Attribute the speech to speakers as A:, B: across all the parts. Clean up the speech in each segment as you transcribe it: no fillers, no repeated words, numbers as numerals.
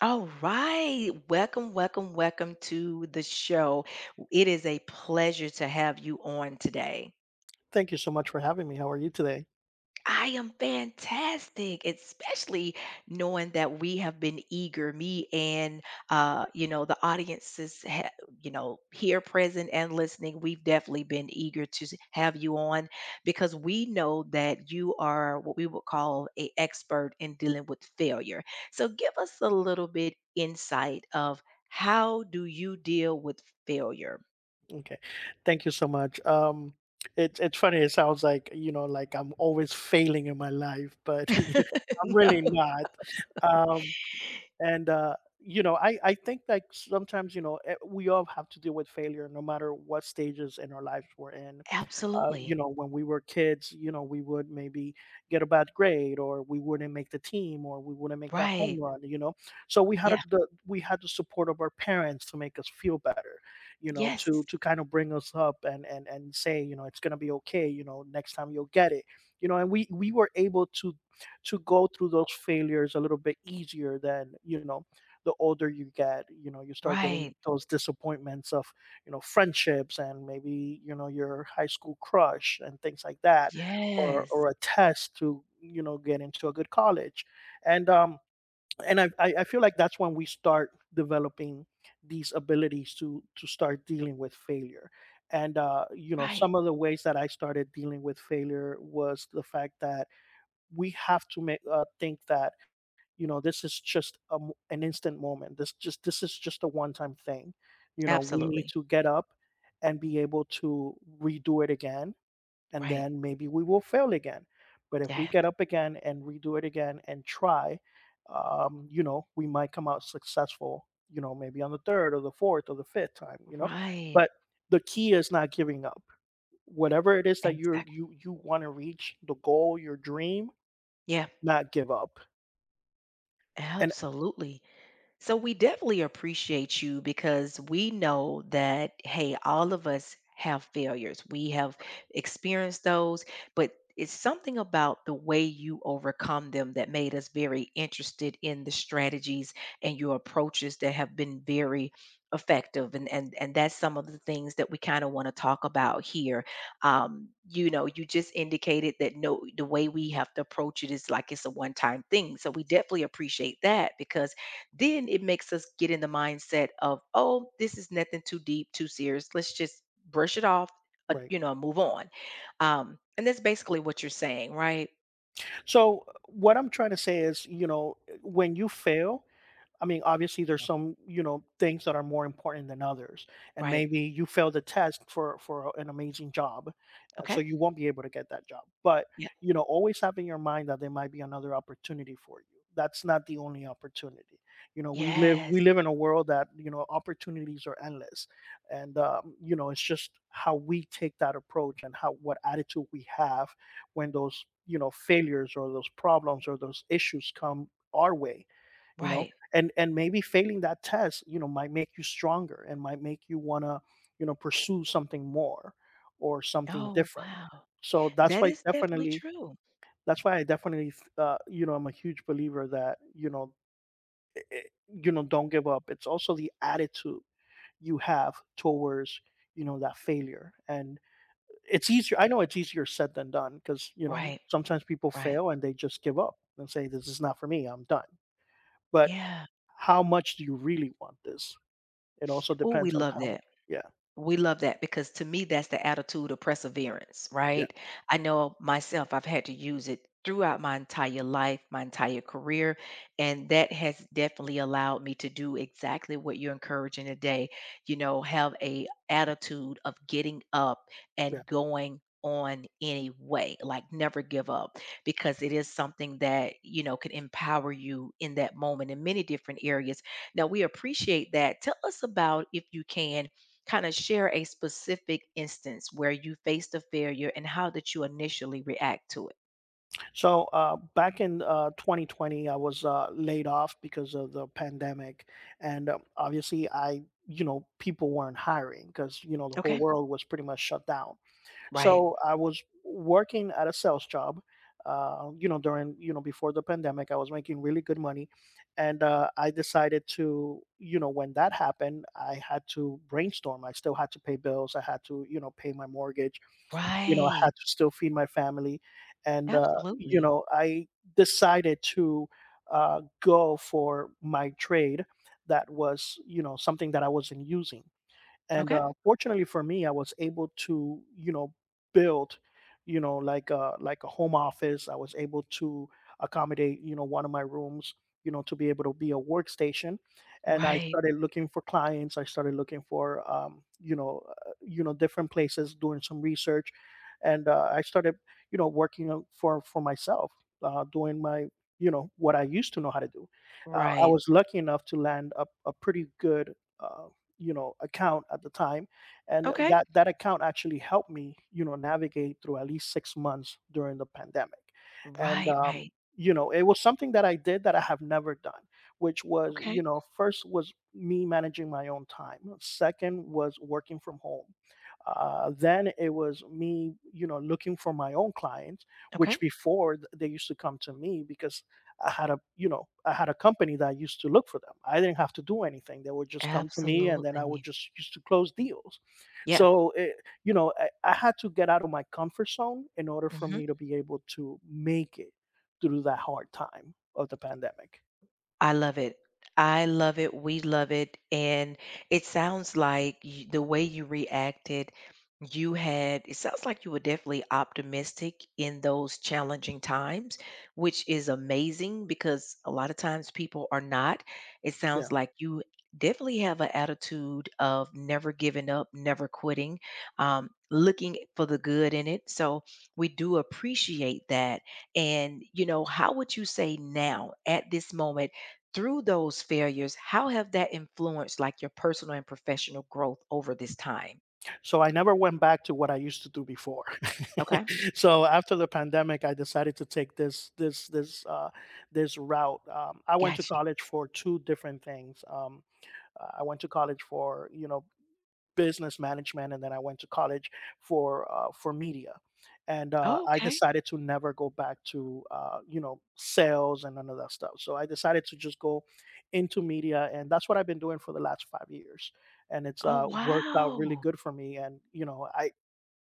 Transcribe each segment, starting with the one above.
A: All right. Welcome, welcome, welcome to the show. It is a pleasure to have you on today.
B: Thank you so much for having me. How are you today?
A: I am fantastic, especially knowing that we have been eager, me and the audiences, here present and listening. We've definitely been eager to have you on because we know that you are what we would call a expert in dealing with failure. So give us a little bit insight of how do you deal with failure?
B: Okay. Thank you so much. It's funny. It sounds like, you know, like I'm always failing in my life, but I'm
A: No,
B: really not. Um and you know, I think, like, sometimes, we all have to deal with failure no matter what stages in our lives we're in. You
A: absolutely,
B: know, when we were kids, you know, we would maybe get a bad grade, or we wouldn't make the team, or we wouldn't make that home
A: right,
B: run you know So we had
A: yeah,
B: the we had the support of our parents to make us feel better, you know,
A: yes,
B: to kind of bring us up and and say, you know, it's going to be okay. You know, next time you'll get it. You know, and we were able to go through those failures a little bit easier than, you know, the older you get. You know, you start getting
A: right.
B: those disappointments of, you know, friendships and, maybe, you know, your high school crush and things like that,
A: Yes.
B: or a test to, you know, get into a good college. And um and i i I feel like that's when we start developing these abilities to start dealing with failure. And you know,
A: Right.
B: some of the ways that I started dealing with failure was the fact that we have to, make think that, you know, this is just a m an instant moment. This is just a one time thing. You know, we need
A: Absolutely.
B: to get up and be able to redo it again, and
A: Right.
B: then maybe we will fail again. But if we
A: Yeah.
B: get up again and redo it again and try, you know, we might come out successful. You know, maybe on the third or the fourth or the fifth time. You know,
A: Right.
B: but the key is not giving up whatever it is that you're
A: Exactly.
B: you you want to reach. The goal, your dream.
A: Yeah.
B: Not give up, and
A: Absolutely. So we definitely appreciate you because we know that, hey, all of us have failures. We have experienced those, but it's something about the way you overcome them that made us very interested in the strategies and your approaches that have been very effective and and that's some of the things that we kind of want to talk about here. You just indicated that no, the way we have to approach it is like it's a one time thing, so we definitely appreciate that because then it makes us get in the mindset of, oh, this is nothing too deep, too serious. Let's just brush it off,
B: right.
A: move on. And that's basically what you're saying, right?
B: So, what I'm trying to say is, you know, when you fail, I mean, obviously, there's some, you know, things that are more important than others, and
A: Right.
B: maybe you fail the test for an amazing job, so
A: Okay.
B: you won't be able to get that job. But,
A: Yeah.
B: you know, always have in your mind that there might be another opportunity for you. That's not the only opportunity. You know, we live we
A: Yes.
B: live in a world that, you know, opportunities are endless. And you know, it's just how we take that approach, and how what attitude we have when those, you know, failures or those problems or those issues come our way. You know,
A: Right.
B: and maybe failing that test, you know, might make you stronger and might make you want to, you know, pursue something more or something
A: Oh,
B: different.
A: wow.
B: So that's
A: That
B: why,
A: is definitely
B: definitely,
A: true.
B: that's why I definitely you know, I'm a huge believer that, you know, don't give up. It's also the attitude you have towards, you know, that failure. And it's easier, I know, it's easier said than done because, you know,
A: Right.
B: sometimes people
A: Right.
B: fail and they just give up and say, this is not for me, I'm done. But
A: Yeah.
B: how much do you really want this? It also
A: Oh, we
B: depends on
A: love
B: how.
A: that.
B: Yeah,
A: We love that because to me, that's the attitude of perseverance,
B: yeah,
A: right? I know myself, I've had to use it throughout my entire life, my entire career. And that has definitely allowed me to do exactly what you're encouraging today. You know, have a attitude of getting up
B: yeah.
A: and going on anyway, like never give up because it is something that, you know, can empower you in that moment in many different areas. Now we appreciate that. Tell us about if you can kind of share a specific instance where you faced a failure and how did you initially react to it?
B: So, back in 2020, I was laid off because of the pandemic. And obviously, I, you know, people weren't hiring because, you know, the whole
A: Okay.
B: world was pretty much shut down.
A: Right.
B: So I was working at a sales job. You know, during, you know, before the pandemic, I was making really good money. And I decided to, you know, when that happened, I had to brainstorm. I still had to pay bills. I had to, you know, pay my mortgage. You know, I
A: Right.
B: had to still feed my family. And, you
A: Absolutely.
B: know, I decided to go for my trade that was, you know, something that I wasn't using. And
A: Okay.
B: fortunately for me, I was able to, you know, build, you know, like a home office. I was able to accommodate, you know, one of my rooms, you know, to be able to be a workstation. And I
A: Right.
B: started looking for clients. I started looking for, you know, you know, different places, doing some research. And I started, you know, for myself, doing my, you know, what I used to know how to do. I
A: Right.
B: was lucky enough to land a pretty good, uh, you know, account at the time. And
A: Okay.
B: that account actually helped me, you know, navigate through at least 6 months during the pandemic. And,
A: Right. Right.
B: you know, it was something that I did that I have never done, which was,
A: Okay.
B: you know, first was me managing my own time. Second was working from home. Then it was me, you know, looking for my own clients, which
A: Okay.
B: before they used to come to me because I had a, you know, I had a company that used to look for them. I didn't have to do anything. They would just come to me, and then I would
A: Absolutely.
B: just used to close deals.
A: Yeah.
B: So, you know, I had to get out of my comfort zone in order for me to be able to make it through that hard time of the pandemic.
A: I love it. I love it. We love it. And it sounds like you, the way you reacted, you had, it sounds like you were definitely optimistic in those challenging times, which is amazing because a lot of times people are not. It
B: Yeah.
A: sounds like you definitely have an attitude of never giving up, never quitting, looking for the good in it. So we do appreciate that. And, you know, how would you say now at this moment? Through those failures, how have that influenced like your personal and professional growth over this time?
B: So I never went back to what I used to do before.
A: Okay.
B: So after the pandemic, I decided to take this route. I went to
A: Gotcha.
B: college for two different things. I went to college for, you know, business management, and then I went to college for media. And
A: Oh,
B: I
A: okay.
B: decided to never go back to, you know, sales and none of that stuff. So I decided to just go into media, and that's what I've been doing for the last 5 years. And it's
A: Oh,
B: worked out really
A: wow.
B: good for me. And, you know,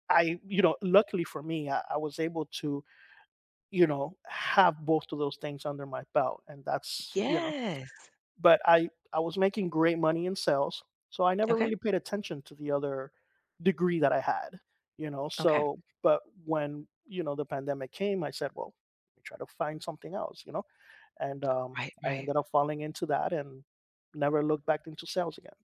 B: I you know, luckily for me, I was able to, you know, have both of those things under my belt, and that's, you know,
A: Yes.
B: but I was making great money in sales, so I never
A: Okay.
B: really paid attention to the other degree that I had, you know?
A: Okay.
B: So, but when, you know, the pandemic came, I said, "Well, let me try to find something else," you know? And,
A: Right.
B: I
A: Right.
B: ended up falling into that and never looked back into sales again.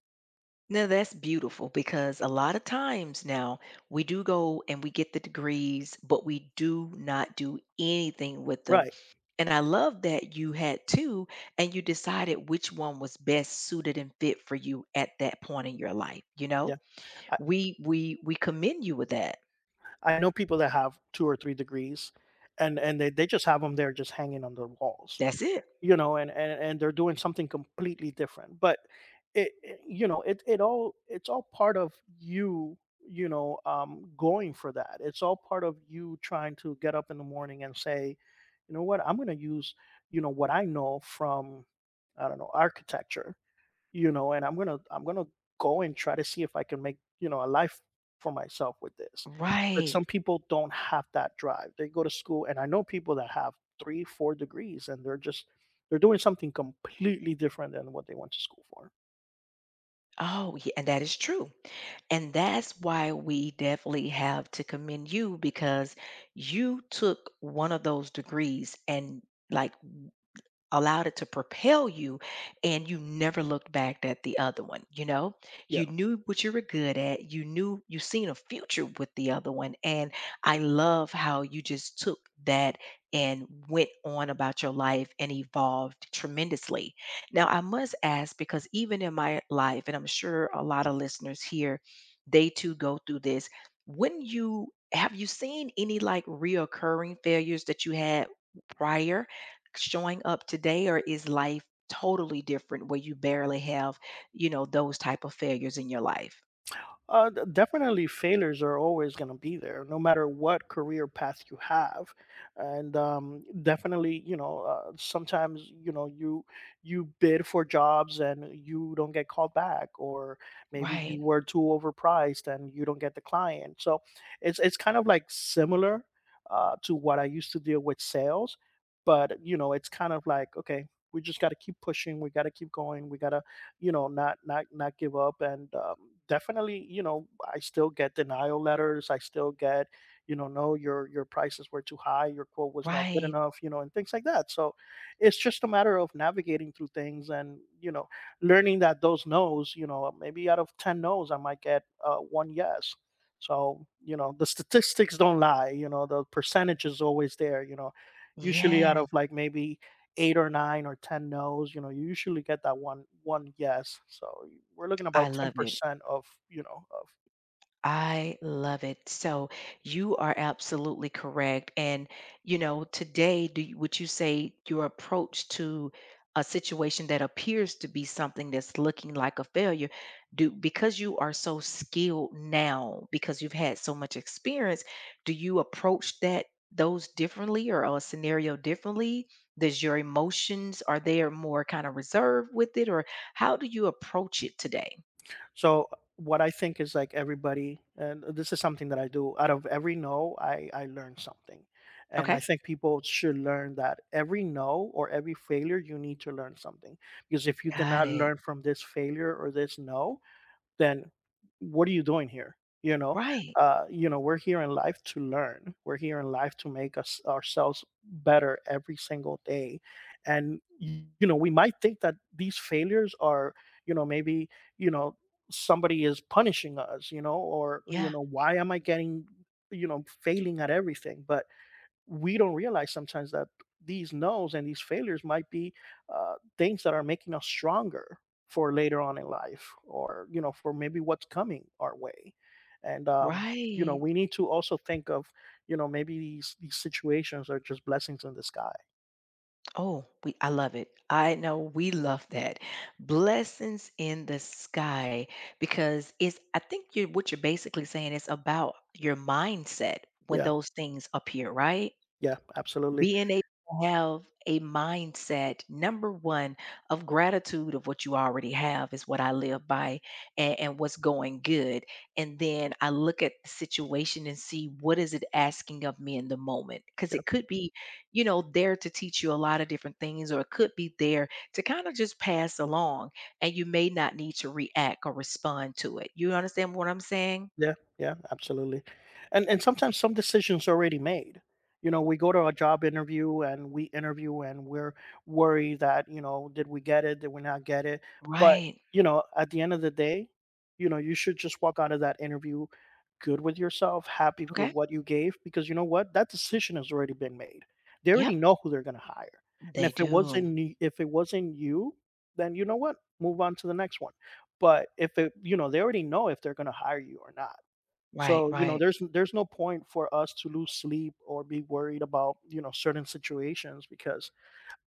A: No, that's beautiful because a lot of times now we do go and we get the degrees, but we do not do anything with them.
B: Right,
A: And I love that you had two and you decided which one was best suited and fit for you at that point in your life, you know?
B: yeah. I
A: We commend you with that.
B: I know people that have 2 or 3 degrees, and they just have them there just hanging on the walls.
A: That's it.
B: You know, and they're doing something completely different. But, you know, it all, it's all part of you, you know, going for that. It's all part of you trying to get up in the morning and say, you know what, I'm going to use, you know, what I know from, I don't know, architecture, you know. And I'm gonna go and try to see if I can make, you know, a life for myself with this. But
A: Right.
B: some people don't have that drive. They go to school, and I know people that have three four degrees, and they're doing something completely different than what they went to school for.
A: Oh, yeah, and that is true. And that's why we definitely have to commend you because you took one of those degrees and like allowed it to propel you, and you never looked back at the other one. You know,
B: Yeah.
A: you knew what you were good at, you knew you seen a future with the other one, and I love how you just took that and went on about your life and evolved tremendously. Now I must ask, because even in my life and I'm sure a lot of listeners here, they too go through this, when you, have you seen any like reoccurring failures that you had prior showing up today, or is life totally different where you barely have, you know, those type of failures in your life?
B: Definitely, failures are always going to be there, no matter what career path you have. And, definitely, you know, sometimes, you know, you bid for jobs and you don't get called back, or maybe you
A: Right.
B: were too overpriced and you don't get the client. So it's kind of like similar to what I used to deal with sales. But, you know, it's kind of like, okay, we just got to keep pushing, we got to keep going, we got to, you know, not give up. And, definitely, you know, I still get denial letters. I still get, you know, no, your your prices were too high, your quote was not good
A: Right.
B: enough, you know, and things like that. So it's just a matter of navigating through things and, you know, learning that those no's, you know, maybe out of 10 no's I might get one yes. So, you know, the statistics don't lie. You know, the percentage is always there. You know, usually out
A: Yes.
B: of like maybe 8 or 9 or 10 no's, you know, you usually get that one yes. So, we're looking
A: I
B: about
A: love it.
B: 10% of, you know, of.
A: I love it. So you are absolutely correct. And, you know, today, do you, would you say your approach to a situation that appears to be something that's looking like a failure, do because you are so skilled now, because you've had so much experience, do you approach that those differently or a scenario differently? Does your emotions are there more kind of reserved with it, or how do you approach it today?
B: So what I think is, like, everybody, and this is something that I do, out of every no, I learn something. And I
A: Okay,
B: think people should learn that every no or every failure, you need to learn something. Because if you did
A: got
B: not
A: it.
B: learn from this failure or this no, then what are you doing here? You know,
A: Right.
B: you know, we're here in life to learn. We're here in life to make us ourselves better every single day. And, you know, we might think that these failures are, you know, maybe, you know, somebody is punishing us, you know, or, you
A: Yeah.
B: know, why am I getting, you know, failing at everything? But we don't realize sometimes that these no's and these failures might be things that are making us stronger for later on in life, or, you know, for maybe what's coming our way. And, you know,
A: Right.
B: we need to also think of, you know, maybe these situations are just blessings in the sky.
A: Oh, we I love it. I know we love that. Blessings in the sky because it's I think you what you're basically saying is about your mindset when
B: Yeah,
A: those things appear, right?
B: yeah, absolutely.
A: Being able to have a mindset, number one, of gratitude of what you already have is what I live by and what's going good. And then I look at the situation and see what is it asking of me in the moment. Because it could be, you know, there to teach you a lot of different things, or it could be there to kind of just pass along. And you may not need to react or respond to it. You understand what I'm saying?
B: Yeah, yeah, absolutely. And sometimes some decisions already made. You know, we go to a job interview and we interview, and we're worried that, you know, did we get it? Did we not get it? But,
A: Right.
B: you know, at the end of the day, you know, you should just walk out of that interview good with yourself, happy with
A: Okay.
B: what you gave, because, you know what, that decision has already been made. They already
A: Yep.
B: know who they're gonna hire. And
A: They
B: if it
A: do.
B: wasn't if it wasn't you, then, you know what, move on to the next one. But if it, you know, they already know if they're gonna hire you or not.
A: Right.
B: So, you know,
A: Right.
B: there's no point for us to lose sleep or be worried about, you know, certain situations, because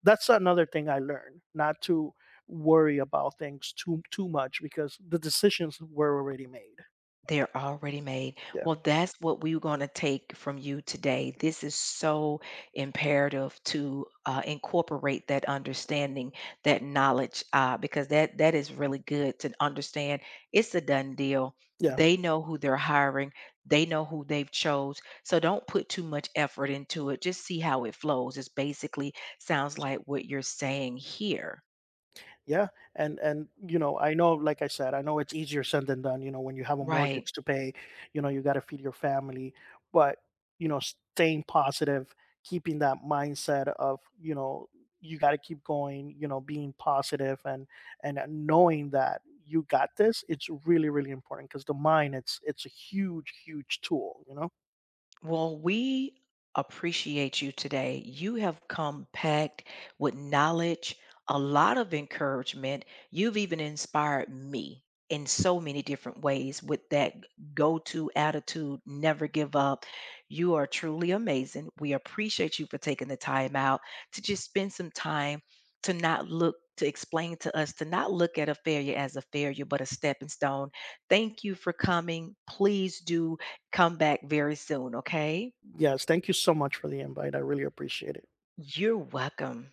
B: that's another thing I learned, not to worry about things too much because the decisions were already made.
A: They're already made.
B: Yeah.
A: Well, that's what we're going to take from you today. This is so imperative to incorporate that understanding, that knowledge, because that is really good to understand. It's a done deal.
B: Yeah.
A: They know who they're hiring. They know who they've chose. So don't put too much effort into it. Just see how it flows. It's basically sounds like what you're saying here,
B: Yeah, and you know, I know, like I said, I know it's easier said than done. You know, when you have a
A: right?
B: mortgage to pay, you know, you got to feed your family. But, you know, staying positive, keeping that mindset of, you know, you got to keep going. You know, being positive, and knowing that you got this, it's really really important because the mind, it's a huge huge tool. You know.
A: Well, we appreciate you today. You have come packed with knowledge, a lot of encouragement. You've even inspired me in so many different ways with that go to attitude, never give up. You are truly amazing. We appreciate you for taking the time out to just spend some time to not look. To explain to us to not look at a failure as a failure, but a stepping stone. Thank you for coming. Please do come back very soon, okay?
B: Yes, thank you so much for the invite. I really appreciate it.
A: You're welcome.